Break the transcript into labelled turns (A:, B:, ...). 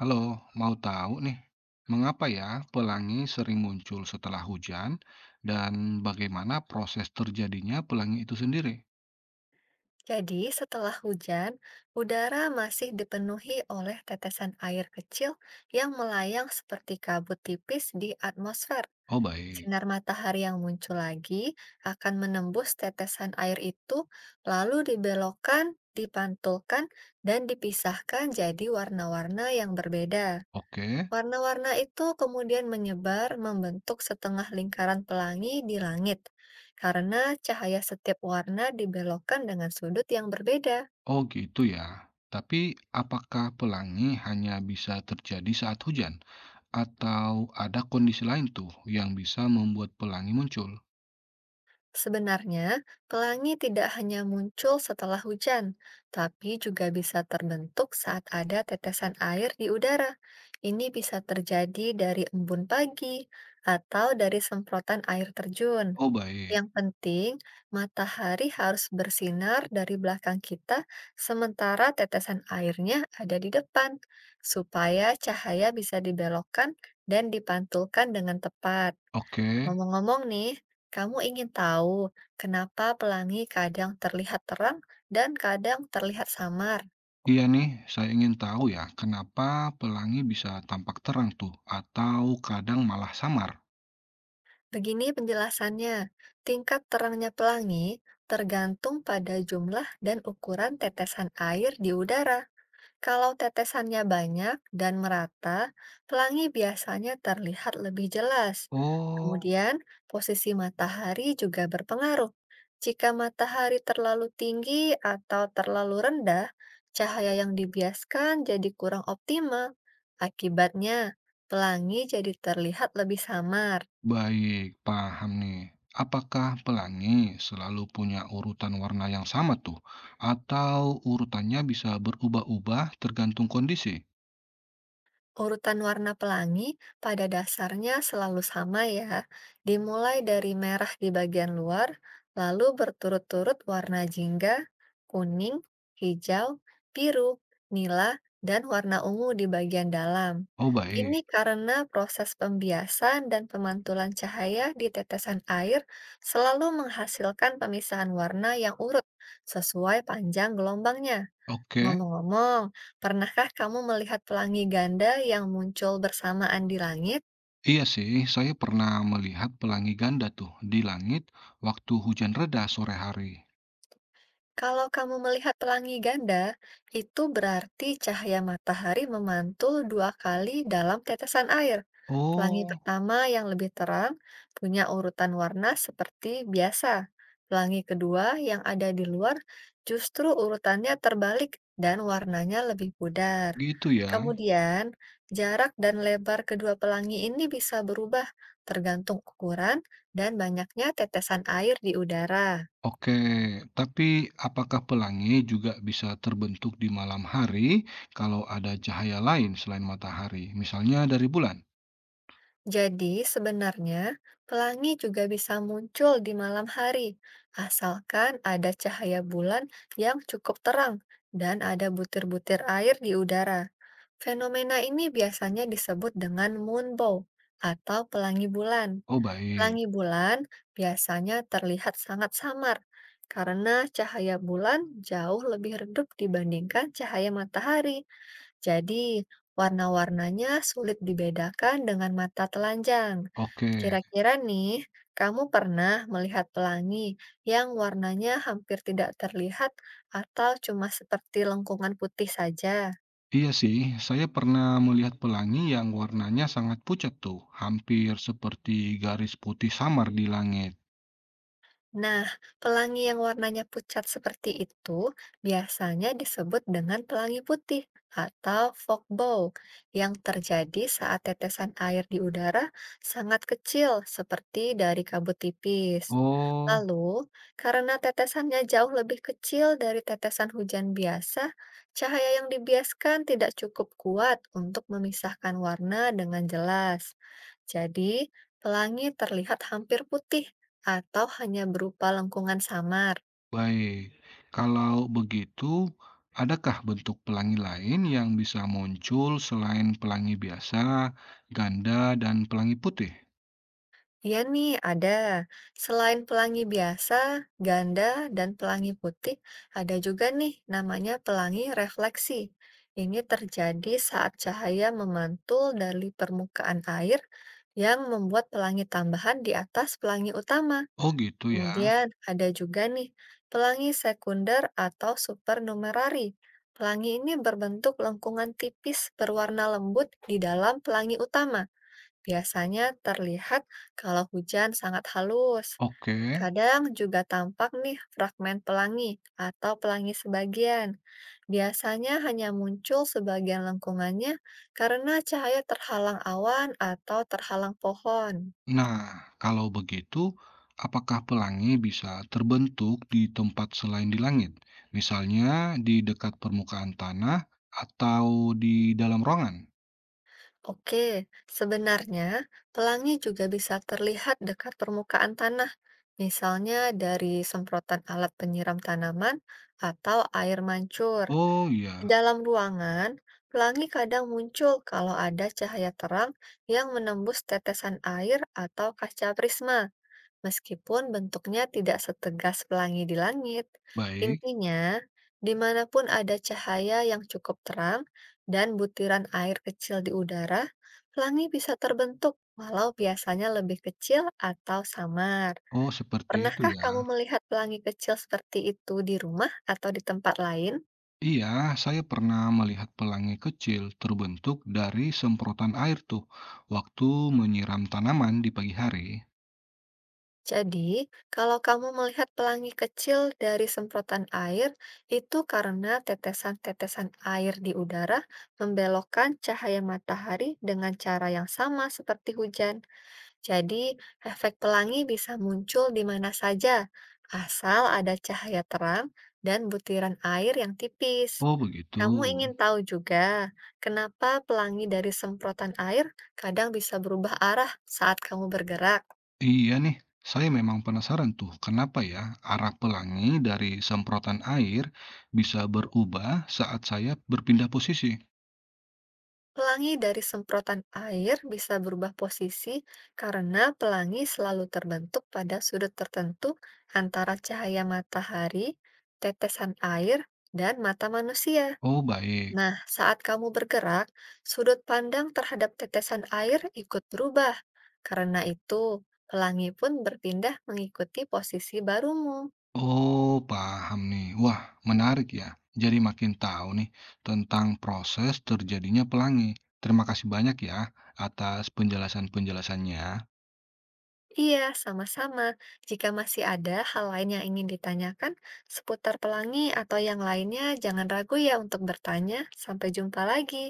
A: Halo, mau tahu nih, mengapa ya pelangi sering muncul setelah hujan dan bagaimana proses terjadinya pelangi itu sendiri?
B: Jadi, setelah hujan, udara masih dipenuhi oleh tetesan air kecil yang melayang seperti kabut tipis di atmosfer.
A: Oh baik,
B: Sinar matahari yang muncul lagi akan menembus tetesan air itu, lalu dibelokkan, dipantulkan, dan dipisahkan jadi warna-warna yang berbeda.
A: oke,
B: Warna-warna itu kemudian menyebar membentuk setengah lingkaran pelangi di langit, karena cahaya setiap warna dibelokkan dengan sudut yang berbeda.
A: oh gitu ya. Tapi apakah pelangi hanya bisa terjadi saat hujan atau ada kondisi lain tuh yang bisa membuat pelangi muncul?
B: Sebenarnya, pelangi tidak hanya muncul setelah hujan, tapi juga bisa terbentuk saat ada tetesan air di udara. Ini bisa terjadi dari embun pagi atau dari semprotan air terjun.
A: Oh baik,
B: Yang penting, matahari harus bersinar dari belakang kita, sementara tetesan airnya ada di depan, supaya cahaya bisa dibelokkan dan dipantulkan dengan tepat.
A: oke.
B: Ngomong-ngomong nih, kamu ingin tahu kenapa pelangi kadang terlihat terang dan kadang terlihat samar?
A: Iya nih, saya ingin tahu ya, kenapa pelangi bisa tampak terang tuh atau kadang malah samar?
B: Begini penjelasannya, tingkat terangnya pelangi tergantung pada jumlah dan ukuran tetesan air di udara. Kalau tetesannya banyak dan merata, pelangi biasanya terlihat lebih jelas.
A: Oh,
B: Kemudian, posisi matahari juga berpengaruh. Jika matahari terlalu tinggi atau terlalu rendah, cahaya yang dibiaskan jadi kurang optimal. Akibatnya, pelangi jadi terlihat lebih samar.
A: baik, paham nih. Apakah pelangi selalu punya urutan warna yang sama tuh? Atau urutannya bisa berubah-ubah tergantung kondisi?
B: Urutan warna pelangi pada dasarnya selalu sama ya, dimulai dari merah di bagian luar, lalu berturut-turut warna jingga, kuning, hijau, biru, nila, dan warna ungu di bagian dalam.
A: Oh baik,
B: Ini karena proses pembiasan dan pemantulan cahaya di tetesan air selalu menghasilkan pemisahan warna yang urut sesuai panjang gelombangnya.
A: oke.
B: Ngomong-ngomong, pernahkah kamu melihat pelangi ganda yang muncul bersamaan di langit?
A: Iya sih, saya pernah melihat pelangi ganda tuh di langit waktu hujan reda sore hari.
B: Kalau kamu melihat pelangi ganda, itu berarti cahaya matahari memantul 2 kali dalam tetesan air. Pelangi
A: Oh,
B: pertama yang lebih terang punya urutan warna seperti biasa. Pelangi kedua yang ada di luar justru urutannya terbalik dan warnanya lebih pudar.
A: gitu ya.
B: Kemudian, jarak dan lebar kedua pelangi ini bisa berubah tergantung ukuran dan banyaknya tetesan air di udara.
A: Oke, tapi apakah pelangi juga bisa terbentuk di malam hari kalau ada cahaya lain selain matahari, misalnya dari bulan?
B: Jadi, sebenarnya pelangi juga bisa muncul di malam hari, asalkan ada cahaya bulan yang cukup terang dan ada butir-butir air di udara. Fenomena ini biasanya disebut dengan moonbow atau pelangi bulan.
A: Oh baik.
B: Pelangi bulan biasanya terlihat sangat samar karena cahaya bulan jauh lebih redup dibandingkan cahaya matahari. Jadi, warna-warnanya sulit dibedakan dengan mata telanjang.
A: Oke,
B: Kira-kira nih, kamu pernah melihat pelangi yang warnanya hampir tidak terlihat atau cuma seperti lengkungan putih saja?
A: iya sih, saya pernah melihat pelangi yang warnanya sangat pucat tuh, hampir seperti garis putih samar di langit.
B: Nah, pelangi yang warnanya pucat seperti itu biasanya disebut dengan pelangi putih atau fog bow yang terjadi saat tetesan air di udara sangat kecil seperti dari kabut tipis.
A: Oh,
B: Lalu, karena tetesannya jauh lebih kecil dari tetesan hujan biasa, cahaya yang dibiaskan tidak cukup kuat untuk memisahkan warna dengan jelas. Jadi, pelangi terlihat hampir putih atau hanya berupa lengkungan samar?
A: baik. Kalau begitu, adakah bentuk pelangi lain yang bisa muncul selain pelangi biasa, ganda, dan pelangi putih?
B: Iya nih, ada. Selain pelangi biasa, ganda, dan pelangi putih, ada juga nih namanya pelangi refleksi. Ini terjadi saat cahaya memantul dari permukaan air yang membuat pelangi tambahan di atas pelangi utama.
A: Oh gitu ya.
B: Kemudian ada juga nih pelangi sekunder atau supernumerari. Pelangi ini berbentuk lengkungan tipis berwarna lembut di dalam pelangi utama. Biasanya terlihat kalau hujan sangat halus.
A: Oke.
B: Kadang juga tampak nih fragmen pelangi atau pelangi sebagian. Biasanya hanya muncul sebagian lengkungannya karena cahaya terhalang awan atau terhalang pohon.
A: Nah, kalau begitu, apakah pelangi bisa terbentuk di tempat selain di langit? Misalnya di dekat permukaan tanah atau di dalam ruangan?
B: Oke, sebenarnya pelangi juga bisa terlihat dekat permukaan tanah, misalnya dari semprotan alat penyiram tanaman atau air mancur.
A: Oh
B: Di
A: iya,
B: dalam ruangan, pelangi kadang muncul kalau ada cahaya terang yang menembus tetesan air atau kaca prisma, meskipun bentuknya tidak setegas pelangi di langit.
A: baik.
B: Intinya, dimanapun ada cahaya yang cukup terang dan butiran air kecil di udara, pelangi bisa terbentuk, walau biasanya lebih kecil atau samar.
A: Oh, seperti itu
B: Pernahkah
A: ya.
B: kamu melihat pelangi kecil seperti itu di rumah atau di tempat lain?
A: Iya, saya pernah melihat pelangi kecil terbentuk dari semprotan air tuh waktu menyiram tanaman di pagi hari.
B: Jadi, kalau kamu melihat pelangi kecil dari semprotan air, itu karena tetesan-tetesan air di udara membelokkan cahaya matahari dengan cara yang sama seperti hujan. Jadi, efek pelangi bisa muncul di mana saja, asal ada cahaya terang dan butiran air yang tipis.
A: Oh, begitu.
B: Kamu ingin tahu juga kenapa pelangi dari semprotan air kadang bisa berubah arah saat kamu bergerak?
A: Iya nih, saya memang penasaran tuh kenapa ya arah pelangi dari semprotan air bisa berubah saat saya berpindah posisi.
B: Pelangi dari semprotan air bisa berubah posisi karena pelangi selalu terbentuk pada sudut tertentu antara cahaya matahari, tetesan air, dan mata manusia.
A: Oh baik,
B: Nah, saat kamu bergerak, sudut pandang terhadap tetesan air ikut berubah. Karena itu, pelangi pun berpindah mengikuti posisi barumu.
A: oh paham nih. Wah menarik ya. Jadi makin tahu nih tentang proses terjadinya pelangi. Terima kasih banyak ya atas penjelasan-penjelasannya.
B: Iya, sama-sama. Jika masih ada hal lain yang ingin ditanyakan seputar pelangi atau yang lainnya, jangan ragu ya untuk bertanya. Sampai jumpa lagi.